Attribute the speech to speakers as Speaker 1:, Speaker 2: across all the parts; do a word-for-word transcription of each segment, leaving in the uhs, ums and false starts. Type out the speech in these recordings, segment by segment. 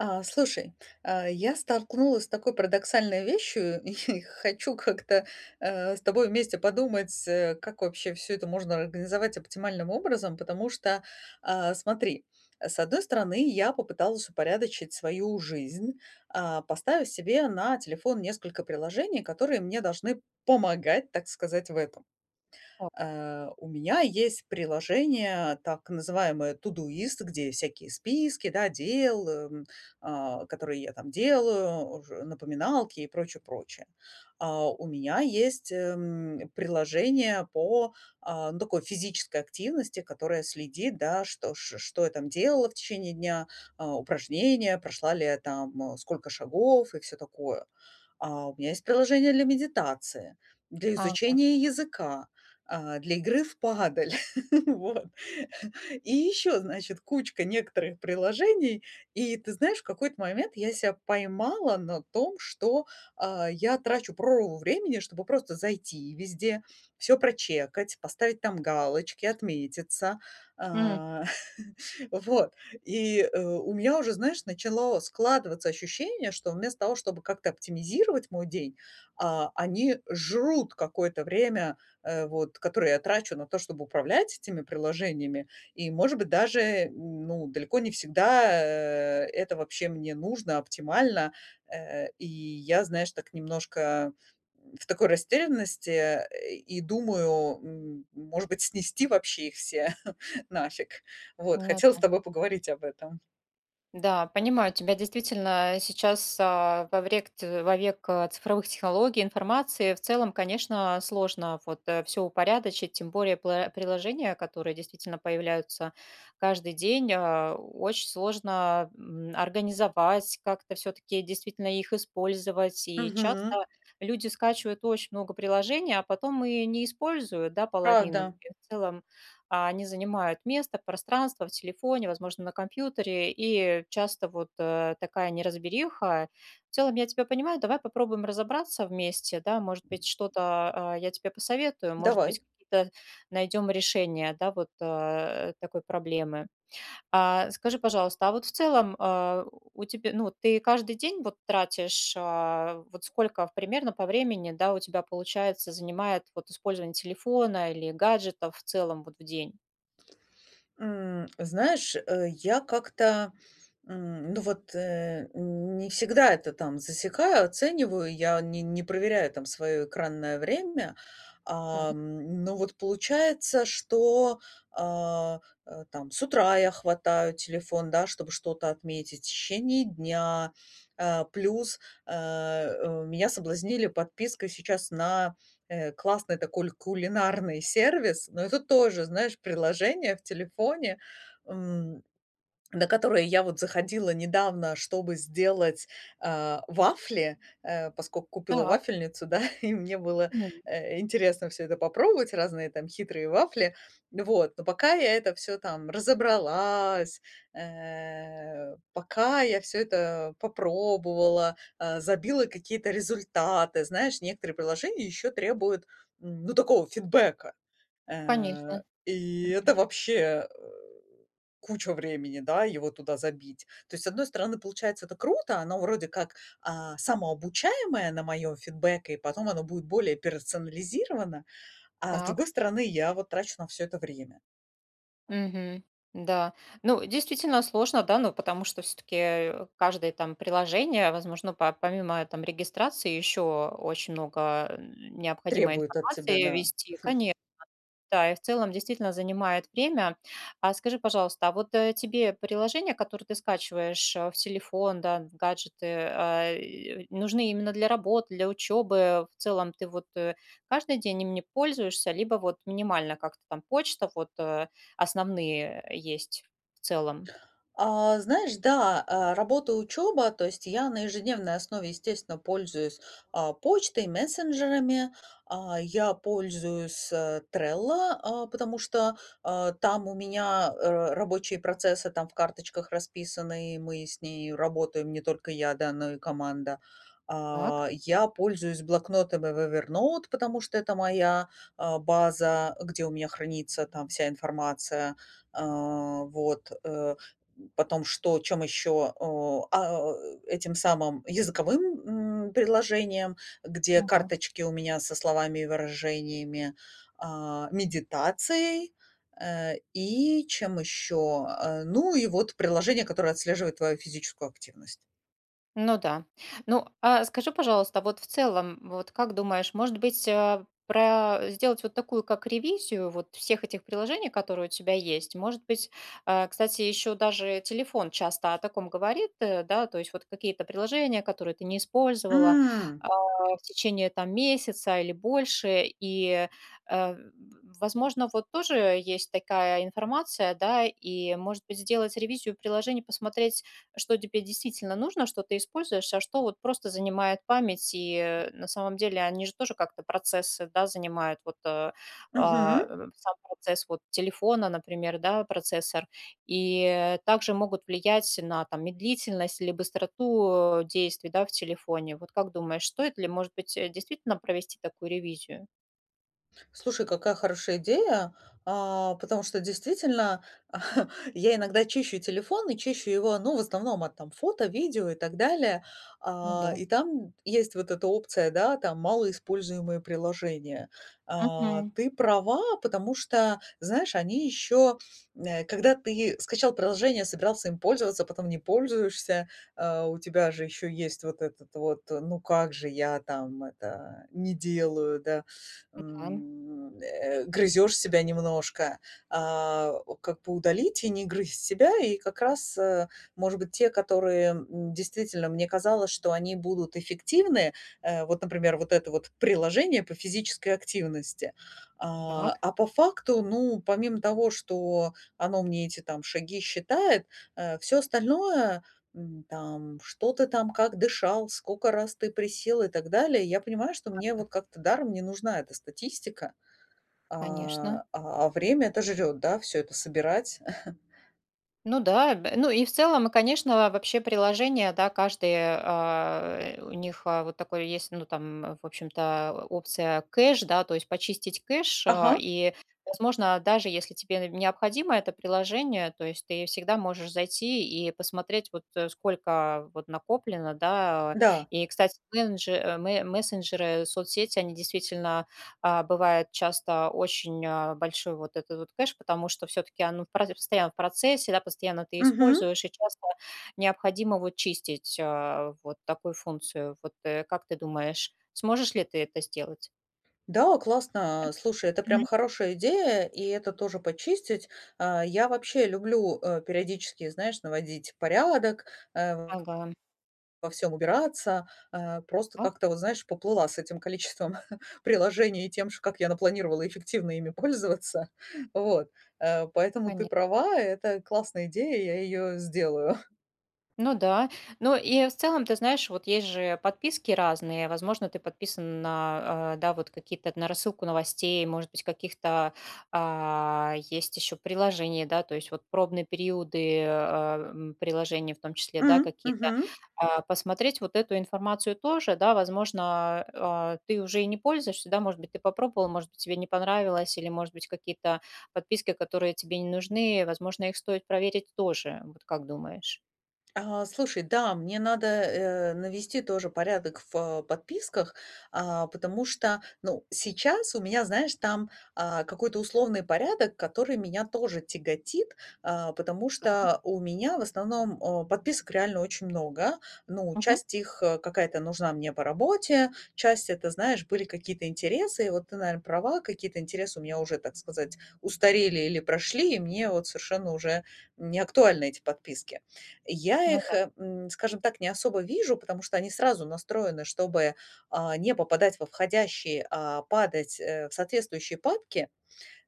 Speaker 1: А, слушай, а, я столкнулась с такой парадоксальной вещью и хочу как-то, э, с тобой вместе подумать, э, как вообще все это можно организовать оптимальным образом. Потому что, а, смотри, с одной стороны, я попыталась упорядочить свою жизнь, а, поставив себе на телефон несколько приложений, которые мне должны помогать, так сказать, в этом.
Speaker 2: О,
Speaker 1: Э, у меня есть приложение, так называемое Todoist, где всякие списки, да, дел, эм, а, которые я там делаю, уже напоминалки и прочее, прочее. А, у меня есть эм, приложение по а, ну, такой физической активности, которое следит, да, что, ш- что я там делала в течение дня, а, упражнения, прошла ли я там, э, сколько шагов и все такое. А, у меня есть приложение для медитации, для
Speaker 2: ага.
Speaker 1: изучения языка, а, для игры в падаль. Вот. И еще, значит, кучка некоторых приложений. И ты знаешь, в какой-то момент я себя поймала на том, что а, я трачу прорву времени, чтобы просто зайти и везде все прочекать, поставить там галочки, отметиться.
Speaker 2: М,
Speaker 1: а, Вот. И, э, у меня уже, знаешь, начало складываться ощущение, что вместо того, чтобы как-то оптимизировать мой день, а, они жрут какое-то время, э, вот, которое я трачу на то, чтобы управлять этими приложениями. И, может быть, даже, м, ну, далеко не всегда, э, это вообще мне нужно оптимально. Э, и я, знаешь, так немножко в такой растерянности, э, и думаю, м, может быть, снести вообще их все нафиг. Вот,
Speaker 2: ну
Speaker 1: хотела с
Speaker 2: да.
Speaker 1: тобой поговорить об этом.
Speaker 2: Да, понимаю, тебя действительно сейчас а, во врек, т- во век а, цифровых технологий, информации в целом, конечно, сложно вот все упорядочить, тем более пла- приложения, которые действительно появляются каждый день, а, очень сложно м, организовать, как-то все-таки действительно их использовать. И
Speaker 1: Мгм.
Speaker 2: часто люди скачивают очень много приложений, а потом и не используют, да, половину.
Speaker 1: Правда.
Speaker 2: И в целом А, они занимают место, пространство в телефоне, возможно, на компьютере, и часто вот, э, такая неразбериха. В целом я тебя понимаю, давай попробуем разобраться вместе, да, может быть, что-то, а, я тебе посоветую, может быть,
Speaker 1: Давай.
Speaker 2: какие-то найдем решение, да, вот, э, такой проблемы. А, скажи, пожалуйста, а вот в целом, а, у тебя, ну, ты каждый день вот тратишь, а, вот сколько примерно по времени, да, у тебя получается, занимает вот использование телефона или гаджетов в целом вот в день?
Speaker 1: М, знаешь, э, я как-то, м, ну вот, э, не всегда это там засекаю, оцениваю, я не не проверяю там свое экранное время.
Speaker 2: Так,
Speaker 1: Ам, но вот получается, что, а, э, там с утра я хватаю телефон, да, чтобы что-то отметить, в течение дня. А, плюс, э, э, меня соблазнили подпиской сейчас на, э, классный такой кулинарный сервис, но это тоже, знаешь, приложение в телефоне. М, на которые я вот заходила недавно, чтобы сделать, а, вафли, э, поскоку купила
Speaker 2: так.
Speaker 1: вафельницу, да, и мне было,
Speaker 2: М,
Speaker 1: э, интересно все это попробовать, разные там хитрые вафли. Вот, но пока я это все там разобралась, э, пока я все это попробовала, а, забила какие-то результаты. Знаешь, некоторые приложения еще требуют, м, ну, такого фидбэка.
Speaker 2: конечно.
Speaker 1: Э, и
Speaker 2: Мгм.
Speaker 1: это вообще, э кучу времени, да, его туда забить. То есть, с одной стороны, получается, это круто, оно вроде как, а, самообучаемое на моем фидбэке, и потом оно будет более персонализировано, а с
Speaker 2: Так.
Speaker 1: другой стороны, я вот трачу на все это время.
Speaker 2: Мгм. Да. Ну, действительно сложно, да, ну, потому что все-таки каждое там приложение, возможно, по- помимо там регистрации еще очень много м, необходимой
Speaker 1: Требует от тебя,
Speaker 2: информации
Speaker 1: да.
Speaker 2: вести, конечно. Да, и в целом действительно занимает время. А скажи, пожалуйста, а вот, э, тебе приложения, которые ты скачиваешь, э, в телефон, да, в гаджеты, а, и э, нужны именно для работы, для учебы? В целом ты вот, э, каждый день ими пользуешься, либо вот минимально как-то там почта, вот, э, основные э, есть в целом?
Speaker 1: А, знаешь, да, а, работа, учеба, то есть я на ежедневной основе, естественно, пользуюсь, а, почтой, мессенджерами, а, я пользуюсь, э, Trello, а, потому что, а, там у меня, э, рабочие процессы там в карточках расписаны, и мы с ней работаем, не только я, да, но и команда.
Speaker 2: Так.
Speaker 1: А, я пользуюсь блокнотами в Evernote, потому что это моя, а, база, где у меня хранится там вся информация. А, вот, э потом что, чем еще, о, а, этим самым языковым, м, предложением, где
Speaker 2: М. Да.
Speaker 1: карточки у меня со словами и выражениями, а, медитацией, э, и чем еще, э, ну и вот приложение, которое отслеживает твою физическую активность.
Speaker 2: Ну да. Ну, а скажи, пожалуйста, вот в целом, вот как думаешь, может быть, а, про э, сделать вот такую как ревизию вот всех этих приложений, которые у тебя есть? Может быть, а, кстати, еще даже телефон часто о таком говорит, э, да, то есть вот какие-то приложения, которые ты не использовала
Speaker 1: М,
Speaker 2: а, в течение там месяца или больше, и, э, возможно, вот тоже есть такая информация, да, и, может быть, сделать ревизию приложений, посмотреть, что тебе действительно нужно, что ты используешь, а что вот просто занимает память. И э, на самом деле они же тоже как-то процессы, да, занимают. Вот э, а,
Speaker 1: мгм.
Speaker 2: э, сам процесс вот телефона, например, да, процессор. И э, также могут влиять на там медлительность или быстроту э, действий, да, в телефоне. Вот как думаешь, стоит ли, может быть, э, действительно провести такую ревизию?
Speaker 1: Слушай, какая хорошая идея, а, потому что действительно я иногда чищу телефон и чищу его, ну, в основном от там фото, видео и так далее.
Speaker 2: Ну да.
Speaker 1: А, и там есть вот эта опция, да, там малоиспользуемые приложения. А,
Speaker 2: Мгм.
Speaker 1: ты права, потому что, знаешь, они еще, э, когда ты скачал приложение, собирался им пользоваться, потом не пользуешься, а, у тебя же еще есть вот этот вот, э, ну как же я там это не делаю, да,
Speaker 2: Да,
Speaker 1: грызешь себя немножко, а, как бы удалить и не грызть себя. И как раз, э, может быть, те, которые, м, действительно, мне казалось, что они будут эффективны, э, вот, например, вот это вот приложение по физической активности. А,
Speaker 2: так,
Speaker 1: а по факту, ну, помимо того, что оно мне эти там шаги считает, все остальное. М, там, что ты там, как дышал, сколько раз ты присел и так далее. Я понимаю, что мне
Speaker 2: да,
Speaker 1: вот как-то даром не нужна эта статистика, а,
Speaker 2: конечно.
Speaker 1: а а время это жрет, да, все это собирать.
Speaker 2: Ну да, б ну и в целом, и, конечно, вообще приложения, да, каждый, а, у них, а, вот такой есть, ну, там, э, в общем-то, опция кэш, да, то есть почистить кэш, а,
Speaker 1: Ага,
Speaker 2: и, возможно, даже если тебе необходимо это приложение, то есть ты всегда можешь зайти и посмотреть, вот, э, сколько вот накоплено, да.
Speaker 1: да.
Speaker 2: И, кстати, менедже э, ме мессенджеры, соцсети, они действительно а, бывает часто очень а, большой вот этот вот кэш, потому что все-таки оно в проц- постоянно в процессе, да, постоянно ты
Speaker 1: Мгм.
Speaker 2: используешь, и часто необходимо вот чистить а, вот такую функцию. Вот э, как ты думаешь, сможешь ли ты это сделать?
Speaker 1: Да, классно. Слушай, это прям
Speaker 2: Мгм.
Speaker 1: хорошая идея, и это тоже почистить. А, Я вообще люблю э, периодически, знаешь, наводить порядок, э,
Speaker 2: Ага,
Speaker 1: во всем убираться. Э, просто
Speaker 2: так,
Speaker 1: как-то, вот знаешь, поплыла с этим количеством приложений и тем, ш как я напланировала эффективно ими пользоваться. Вот, э, поэтому ты
Speaker 2: понятно.
Speaker 1: права, это классная идея, я ее сделаю.
Speaker 2: Ну да. Ну и в целом, ты знаешь, вот есть же подписки разные. Возможно, ты подписан на, а, да, вот какие-то на рассылку новостей, может быть, каких-то а, есть еще приложения, да, то есть вот пробные периоды а, м, приложений в том числе, да,
Speaker 1: М,
Speaker 2: какие-то.
Speaker 1: мгм.
Speaker 2: А, посмотреть вот эту информацию тоже, да, возможно, а, ты уже и не пользуешься, да, может быть, ты попробовал, может быть, тебе не понравилось, или, может быть, какие-то подписки, которые тебе не нужны, возможно, их стоит проверить тоже. Вот как думаешь?
Speaker 1: А, слушай, да, мне надо, э, навести тоже порядок в, э, подписках, а, потому что, ну, сейчас у меня, знаешь, там, а, какой-то условный порядок, который меня тоже тяготит, а, потому что у меня в основном, о, подписок реально очень много. Ну,
Speaker 2: Мгм.
Speaker 1: часть их, э, какая-то нужна мне по работе, часть это, знаешь, были какие-то интересы. И вот ты, наверно, права, какие-то интересы у меня уже, так сказать, устарели или прошли, и мне вот совершенно уже не актуальны эти подписки. Я
Speaker 2: Ну
Speaker 1: их,
Speaker 2: да.
Speaker 1: э, м, скажем так, не особо вижу, потому что они сразу настроены, чтобы, а, не попадать во входящие, а падать, э, в соответствующие папки.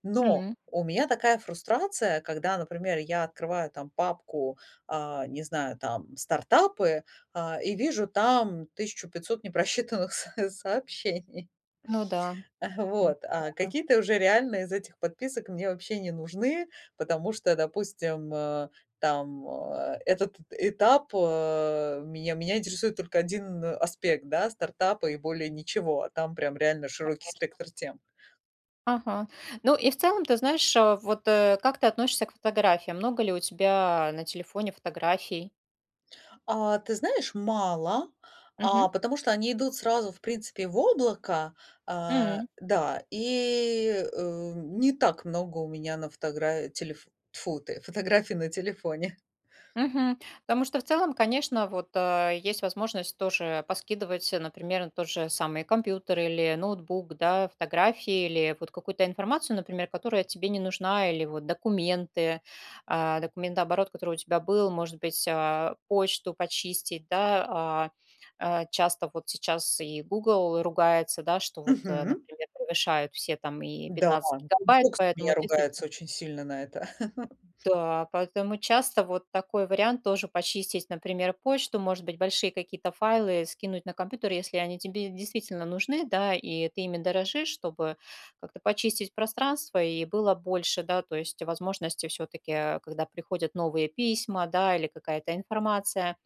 Speaker 1: Но
Speaker 2: М.
Speaker 1: у меня такая фрустрация, когда, например, я открываю там папку, а, не знаю, там стартапы, а, и вижу там тысяча пятьсот непрочитанных со сообщений.
Speaker 2: Ну да. М,
Speaker 1: Вот, а
Speaker 2: много,
Speaker 1: какие-то уже реально из этих подписок мне вообще не нужны, потому что, допустим, э, там, э, этот этап, э, меня меня интересует только один аспект, да, стартапа и более ничего, а там прям реально широкий
Speaker 2: конечно.
Speaker 1: спектр тем.
Speaker 2: Ага. Ну и в целом, ты знаешь, а, вот, э, как ты относишься к фотографиям? Много ли у тебя на телефоне фотографий?
Speaker 1: А, ты знаешь, мало,
Speaker 2: Мгм.
Speaker 1: а, потому что они идут сразу, в принципе, в облако, а,
Speaker 2: М.
Speaker 1: да, и, э, не так много у меня на фотогра телеф тьфу ты, фотографий на телефоне.
Speaker 2: Мгм. Потому что в целом, конечно, вот, а, есть возможность тоже поскидывать, э, например, тот же самый компьютер или ноутбук, да, фотографии или вот какую-то информацию, например, которая тебе не нужна, или вот документы, а, документооборот, который у тебя был, может быть, а, почту почистить, да. А, а, часто вот сейчас и Google ругается, да, что вот, э,
Speaker 1: Мгм.
Speaker 2: например, превышают все там и
Speaker 1: Да,
Speaker 2: пятнадцать гигабайт,
Speaker 1: бокс у
Speaker 2: поэтому
Speaker 1: меня
Speaker 2: действительно
Speaker 1: ругается очень сильно на это.
Speaker 2: да, поэтому часто вот такой вариант тоже почистить, например, почту, может быть, большие какие-то файлы скинуть на компьютер, если они тебе действительно нужны, да, и ты ими дорожишь, чтобы как-то почистить пространство и было больше, да, то есть возможности все-таки, когда приходят новые письма, да, или какая-то информация,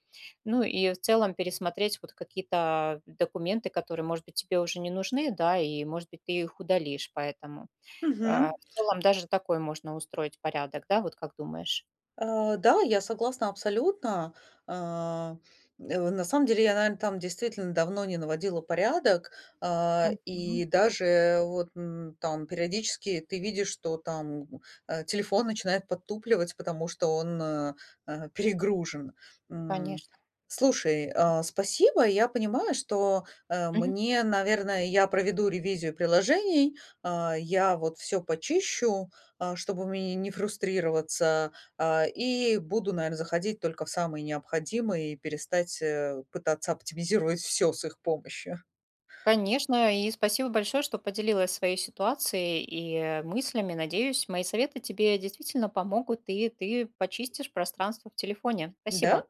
Speaker 2: ну и в целом пересмотреть вот какие-то документы, которые, может быть, тебе уже не нужны, да, и, может быть, ты их удалишь, поэтому. А,
Speaker 1: Мгм.
Speaker 2: в целом даже такой можно устроить порядок, да, вот как думаешь?
Speaker 1: Э, да, я согласна абсолютно. А, э, на самом деле я, наверно, там действительно давно не наводила порядок. А,
Speaker 2: Мгм.
Speaker 1: и даже вот, м, там периодически ты видишь, что там, э, телефон начинает подтупливать, потому что он, э, э, перегружен. М,
Speaker 2: Конечно.
Speaker 1: Слушай, а, спасибо. Я понимаю, что, э,
Speaker 2: Мгм.
Speaker 1: мне, наверное, я проведу ревизию приложений, а, я вот все почищу, а, чтобы мне не фрустрироваться. А, и буду, наверное, заходить только в самые необходимые и перестать, э, пытаться оптимизировать все с их помощью.
Speaker 2: Конечно, и спасибо большое, что поделилась своей ситуацией и мыслями. Надеюсь, мои советы тебе действительно помогут, и ты почистишь пространство в телефоне.
Speaker 1: Да,
Speaker 2: Спасибо.